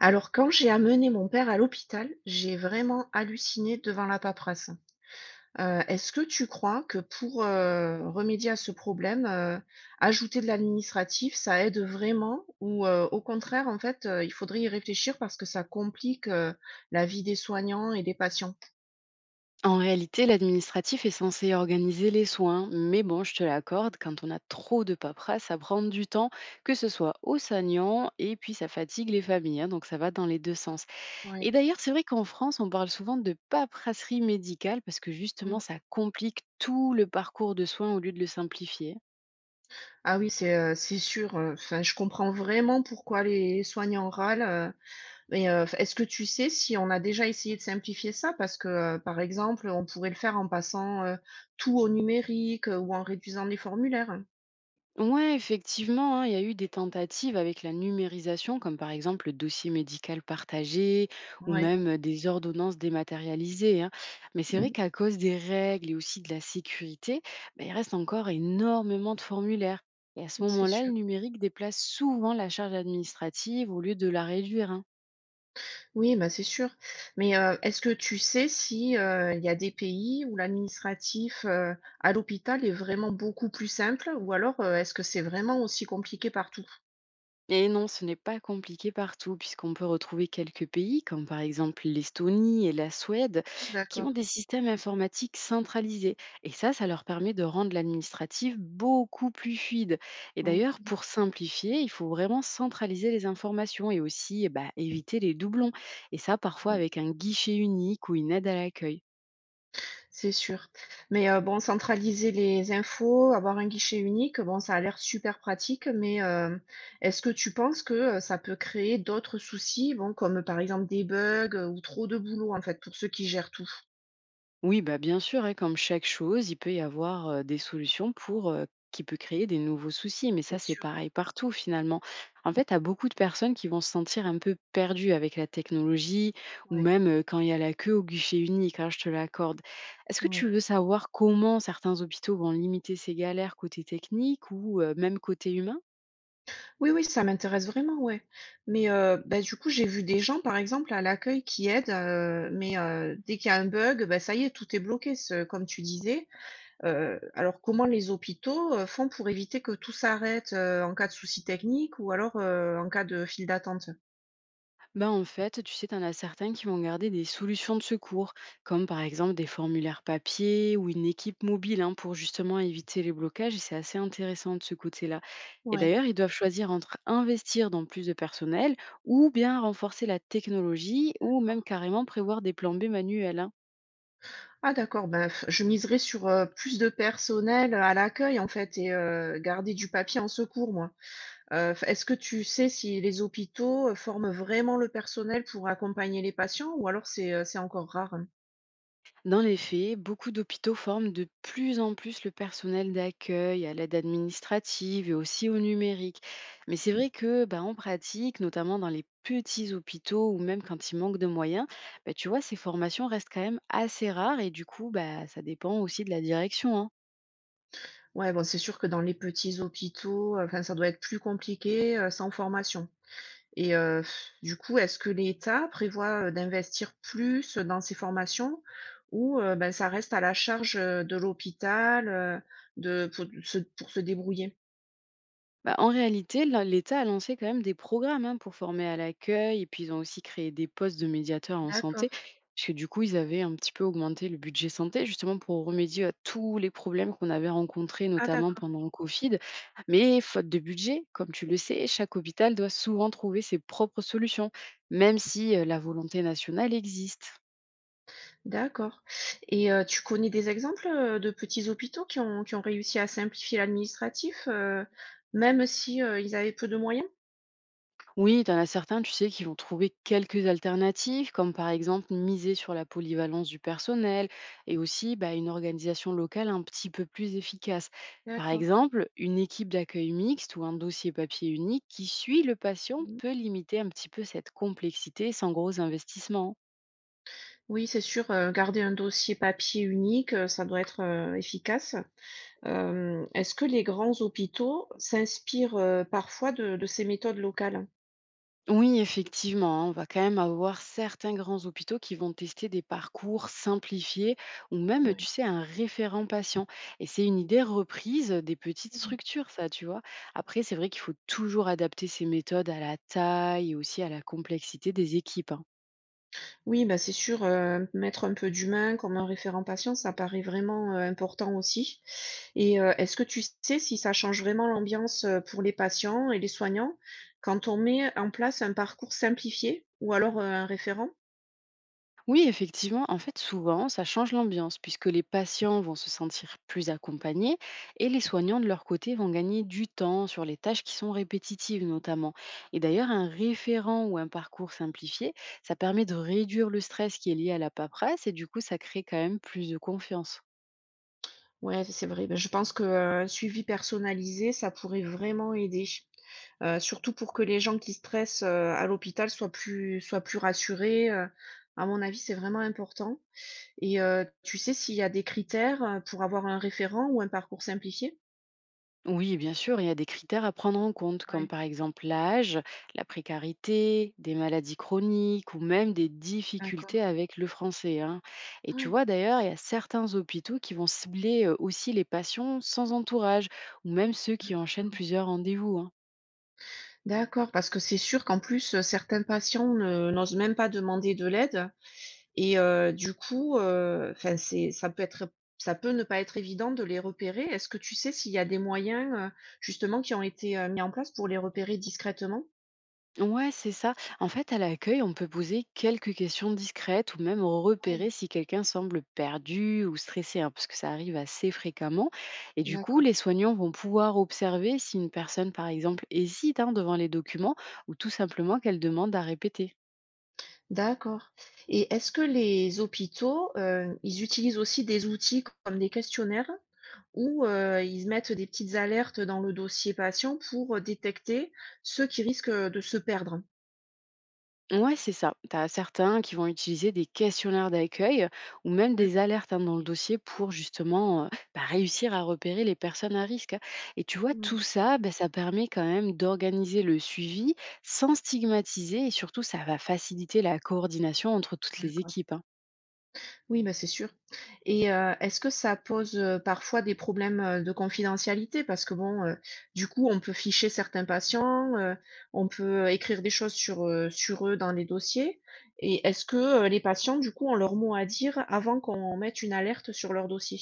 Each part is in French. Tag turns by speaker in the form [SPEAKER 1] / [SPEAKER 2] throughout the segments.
[SPEAKER 1] Alors, quand j'ai amené mon père à l'hôpital, j'ai vraiment halluciné devant la paperasse. Est-ce que tu crois que pour remédier à ce problème, ajouter de l'administratif, ça aide vraiment ou au contraire, en fait, il faudrait y réfléchir parce que ça complique la vie des soignants et des patients?
[SPEAKER 2] En réalité, l'administratif est censé organiser les soins, mais bon, je te l'accorde, quand on a trop de paperasse, ça prend du temps, que ce soit aux soignants et puis ça fatigue les familles, hein, donc ça va dans les deux sens.
[SPEAKER 1] Ouais.
[SPEAKER 2] Et d'ailleurs, c'est vrai qu'en France, on parle souvent de paperasserie médicale parce que justement,
[SPEAKER 1] Mmh.
[SPEAKER 2] ça complique tout le parcours de soins au lieu de le simplifier.
[SPEAKER 1] Ah oui, c'est sûr, enfin, je comprends vraiment pourquoi les soignants râlent. Mais, est-ce que tu sais si on a déjà essayé de simplifier ça? Parce que, par exemple, on pourrait le faire en passant tout au numérique, ou en réduisant les formulaires.
[SPEAKER 2] Ouais, effectivement, hein, il y a eu des tentatives avec la numérisation, comme par exemple le dossier médical partagé ou
[SPEAKER 1] Oui,
[SPEAKER 2] même des ordonnances dématérialisées. Hein. Mais c'est vrai qu'à cause des règles et aussi de la sécurité, ben, il reste encore énormément de formulaires. Et à ce
[SPEAKER 1] c'est
[SPEAKER 2] moment-là,
[SPEAKER 1] sûr.
[SPEAKER 2] le numérique déplace souvent la charge administrative au lieu de la réduire. Hein.
[SPEAKER 1] Oui, bah, c'est sûr. Mais, est-ce que tu sais si il y a des pays où l'administratif à l'hôpital est vraiment beaucoup plus simple? Ou alors, est-ce que c'est vraiment aussi compliqué partout?
[SPEAKER 2] Et non, ce n'est pas compliqué partout, puisqu'on peut retrouver quelques pays, comme par exemple l'Estonie et la Suède,
[SPEAKER 1] Ah
[SPEAKER 2] qui
[SPEAKER 1] d'accord,
[SPEAKER 2] ont des systèmes informatiques centralisés. Et ça leur permet de rendre l'administratif beaucoup plus fluide. Et d'ailleurs,
[SPEAKER 1] OK.
[SPEAKER 2] pour simplifier, il faut vraiment centraliser les informations et aussi eh ben, éviter les doublons. Et ça, parfois avec un guichet unique ou une aide à l'accueil.
[SPEAKER 1] C'est sûr. Mais bon, centraliser les infos, avoir un guichet unique, bon, ça a l'air super pratique, mais est-ce que tu penses que, ça peut créer d'autres soucis? Bon, comme par exemple des bugs, ou trop de boulot, en fait, pour ceux qui gèrent tout?
[SPEAKER 2] Oui, bah, bien sûr, hein, comme chaque chose, il peut y avoir des solutions pour qui peut créer des nouveaux soucis, mais ça,
[SPEAKER 1] C'est
[SPEAKER 2] c'est
[SPEAKER 1] sûr,
[SPEAKER 2] pareil partout finalement. En fait, à beaucoup de personnes qui vont se sentir un peu perdues avec la technologie ou
[SPEAKER 1] ouais,
[SPEAKER 2] même quand il y a la queue au guichet unique, hein, je te l'accorde. Est-ce que
[SPEAKER 1] ouais.
[SPEAKER 2] tu veux savoir comment certains hôpitaux vont limiter ces galères côté technique ou même côté humain.
[SPEAKER 1] Oui, oui, ça m'intéresse vraiment, ouais. Mais bah, du coup, j'ai vu des gens, par exemple, à l'accueil qui aident, mais dès qu'il y a un bug, bah, ça y est, tout est bloqué, ce comme tu disais. Alors comment les hôpitaux, font pour éviter que tout s'arrête, en cas de souci technique ou alors, en cas de file d'attente?
[SPEAKER 2] Bah en fait, tu sais, t'en as certains qui vont garder des solutions de secours, comme par exemple des formulaires papier ou une équipe mobile, hein, pour justement éviter les blocages. Et c'est assez intéressant de ce côté-là. Et
[SPEAKER 1] Ouais.
[SPEAKER 2] d'ailleurs, ils doivent choisir entre investir dans plus de personnel ou bien renforcer la technologie ou
[SPEAKER 1] D'accord.
[SPEAKER 2] même carrément prévoir des plans B manuels. Hein.
[SPEAKER 1] Ah d'accord, je miserais sur, plus de personnel, à l'accueil en fait et garder du papier en secours moi. Enfin, est-ce que tu sais si les hôpitaux, forment vraiment le personnel pour accompagner les patients ou alors c'est encore rare, hein?
[SPEAKER 2] Dans les faits, beaucoup d'hôpitaux forment de plus en plus le personnel d'accueil à l'aide administrative et aussi au numérique. Mais c'est vrai que, bah, en pratique, notamment dans les petits hôpitaux ou même quand il manque de moyens, bah, tu vois, ces formations restent quand même assez rares et du coup, bah, ça dépend aussi de la direction. Hein.
[SPEAKER 1] Ouais, bon, c'est sûr que dans les petits hôpitaux, enfin, ça doit être plus compliqué, sans formation. Et du coup, est-ce que l'État prévoit, d'investir plus dans ces formations ou ben, ça reste à la charge, de l'hôpital, de pour se débrouiller?
[SPEAKER 2] Bah, en réalité, l'État a lancé quand même des programmes, hein, pour former à l'accueil et puis ils ont aussi créé des postes de médiateurs en
[SPEAKER 1] D'accord.
[SPEAKER 2] santé, parce que du coup, ils avaient un petit peu augmenté le budget santé justement pour remédier à tous les problèmes qu'on avait rencontrés,
[SPEAKER 1] Ah
[SPEAKER 2] notamment
[SPEAKER 1] d'accord.
[SPEAKER 2] pendant le Covid. Mais faute de budget, comme tu le sais, chaque hôpital doit souvent trouver ses propres solutions, même si la volonté nationale existe.
[SPEAKER 1] D'accord et tu connais des exemples, de petits hôpitaux qui ont réussi à simplifier l'administratif, même si, ils avaient peu de moyens?
[SPEAKER 2] Oui, tu en as certains, tu sais, qui vont trouver quelques alternatives, comme par exemple miser sur la polyvalence du personnel et aussi bah, une organisation locale un petit peu plus efficace. Par
[SPEAKER 1] D'accord.
[SPEAKER 2] exemple, une équipe d'accueil mixte ou un dossier papier unique qui suit le patient
[SPEAKER 1] Mmh.
[SPEAKER 2] peut limiter un petit peu cette complexité sans gros investissements.
[SPEAKER 1] Oui, c'est sûr, garder un dossier papier unique, ça doit être, efficace. Est-ce que les grands hôpitaux s'inspirent, parfois de ces méthodes locales?
[SPEAKER 2] Oui, effectivement, hein, on va quand même avoir certains grands hôpitaux qui vont tester des parcours simplifiés ou même, tu
[SPEAKER 1] Oui.
[SPEAKER 2] sais, un référent patient. Et c'est une idée reprise des petites
[SPEAKER 1] Mmh.
[SPEAKER 2] structures, ça, tu vois. Après, c'est vrai qu'il faut toujours adapter ces méthodes à la taille et aussi à la complexité des équipes. Hein.
[SPEAKER 1] Oui, bah, c'est sûr, mettre un peu d'humain comme un référent patient, ça paraît vraiment, important aussi et est-ce que tu sais si ça change vraiment l'ambiance, pour les patients et les soignants quand on met en place un parcours simplifié ou alors, un référent?
[SPEAKER 2] Oui, effectivement, en fait, souvent, ça change l'ambiance puisque les patients vont se sentir plus accompagnés et les soignants, de leur côté, vont gagner du temps sur les tâches qui sont répétitives notamment. Et d'ailleurs, un référent ou un parcours simplifié, ça permet de réduire le stress qui est lié à la paperasse et du coup, ça crée quand même plus de confiance.
[SPEAKER 1] Ouais, c'est vrai. Bah, je pense que, un suivi personnalisé, ça pourrait vraiment aider. Surtout pour que les gens qui stressent, à l'hôpital soient plus rassurés. À mon avis, c'est vraiment important et tu sais s'il y a des critères, pour avoir un référent ou un parcours simplifié?
[SPEAKER 2] Oui, bien sûr, il y a des critères à prendre en compte, comme
[SPEAKER 1] Ouais,
[SPEAKER 2] par exemple l'âge, la précarité, des maladies chroniques ou même des
[SPEAKER 1] d'accord.
[SPEAKER 2] difficultés avec le français. Hein. Et tu
[SPEAKER 1] Ouais.
[SPEAKER 2] vois, d'ailleurs, il y a certains hôpitaux qui vont cibler aussi les patients sans entourage ou même ceux qui enchaînent plusieurs rendez-vous. Hein.
[SPEAKER 1] D'accord, parce que c'est sûr qu'en plus, certains patients ne n'osent même pas demander de l'aide. Et du coup, enfin c'est ça peut être ça peut ne pas être évident de les repérer. Est-ce que tu sais s'il y a des moyens, justement qui ont été, mis en place pour les repérer discrètement?
[SPEAKER 2] Ouais, c'est ça. En fait, à l'accueil, on peut poser quelques questions discrètes ou même
[SPEAKER 1] Oui,
[SPEAKER 2] repérer si quelqu'un semble perdu ou stressé, hein, parce que ça arrive assez fréquemment. Et du coup, les
[SPEAKER 1] d'accord.
[SPEAKER 2] soignants vont pouvoir observer si une personne, par exemple, hésite, hein, devant les documents ou tout simplement qu'elle demande à répéter.
[SPEAKER 1] D'accord. Et est-ce que les hôpitaux, ils utilisent aussi des outils comme des questionnaires ou ils mettent des petites alertes dans le dossier patient pour, détecter ceux qui risquent, de se perdre?
[SPEAKER 2] Ouais, c'est ça. Tu as certains qui vont utiliser des questionnaires d'accueil ou même des
[SPEAKER 1] D'accord.
[SPEAKER 2] alertes, hein, dans le dossier pour justement bah, réussir à repérer les personnes à risque. Hein. Et tu vois, tout
[SPEAKER 1] Ouais,
[SPEAKER 2] ça, bah, ça permet quand même d'organiser le suivi sans stigmatiser et surtout, ça va faciliter la coordination entre toutes les
[SPEAKER 1] d'accord.
[SPEAKER 2] équipes. Hein.
[SPEAKER 1] Oui, bah, c'est sûr et est-ce que ça pose, parfois des problèmes, de confidentialité? Parce que bon, du coup, on peut ficher certains patients, on peut écrire des choses sur, sur eux dans les dossiers et est-ce que, les patients, du coup, ont leur mot à dire avant qu'on mette une alerte sur leur dossier?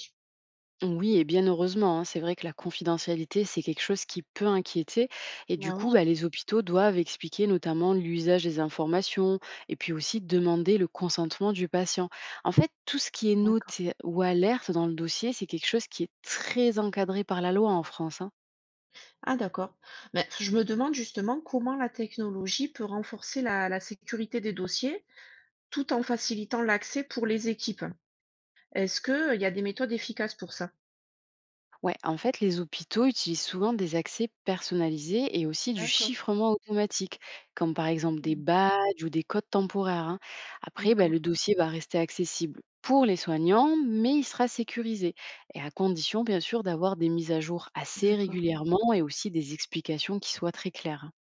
[SPEAKER 2] Oui, et bien heureusement, hein. C'est vrai que la confidentialité, c'est quelque chose qui peut inquiéter. Et du
[SPEAKER 1] Bah, oui,
[SPEAKER 2] coup, bah, les hôpitaux doivent expliquer notamment l'usage des informations et puis aussi demander le consentement du patient. En fait, tout ce qui est
[SPEAKER 1] d'accord.
[SPEAKER 2] noté ou alerte dans le dossier, c'est quelque chose qui est très encadré par la loi en France. Hein.
[SPEAKER 1] Ah d'accord. Mais je me demande justement comment la technologie peut renforcer la sécurité des dossiers, tout en facilitant l'accès pour les équipes. Est-ce que, il y a des méthodes efficaces pour ça?
[SPEAKER 2] Ouais, en fait, les hôpitaux utilisent souvent des accès personnalisés et aussi du
[SPEAKER 1] D'accord.
[SPEAKER 2] chiffrement automatique, comme par exemple des
[SPEAKER 1] Mmh.
[SPEAKER 2] badges ou des codes temporaires. Hein. Après, bah,
[SPEAKER 1] D'accord,
[SPEAKER 2] le dossier va rester accessible pour les soignants, mais il sera sécurisé, et à condition, bien sûr, d'avoir des mises à jour assez
[SPEAKER 1] d'accord,
[SPEAKER 2] régulièrement et aussi des explications qui soient très claires. Hein.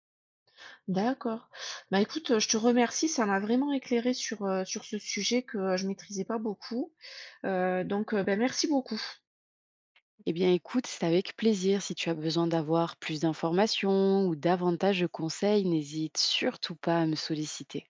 [SPEAKER 1] d'accord. Bah, écoute, je te remercie, ça m'a vraiment éclairé sur, sur ce sujet que, je maîtrisais pas beaucoup, donc, bah, merci beaucoup.
[SPEAKER 2] Eh bien, écoute, c'est avec plaisir. Si tu as besoin d'avoir plus d'informations ou davantage de conseils, n'hésite surtout pas à me solliciter.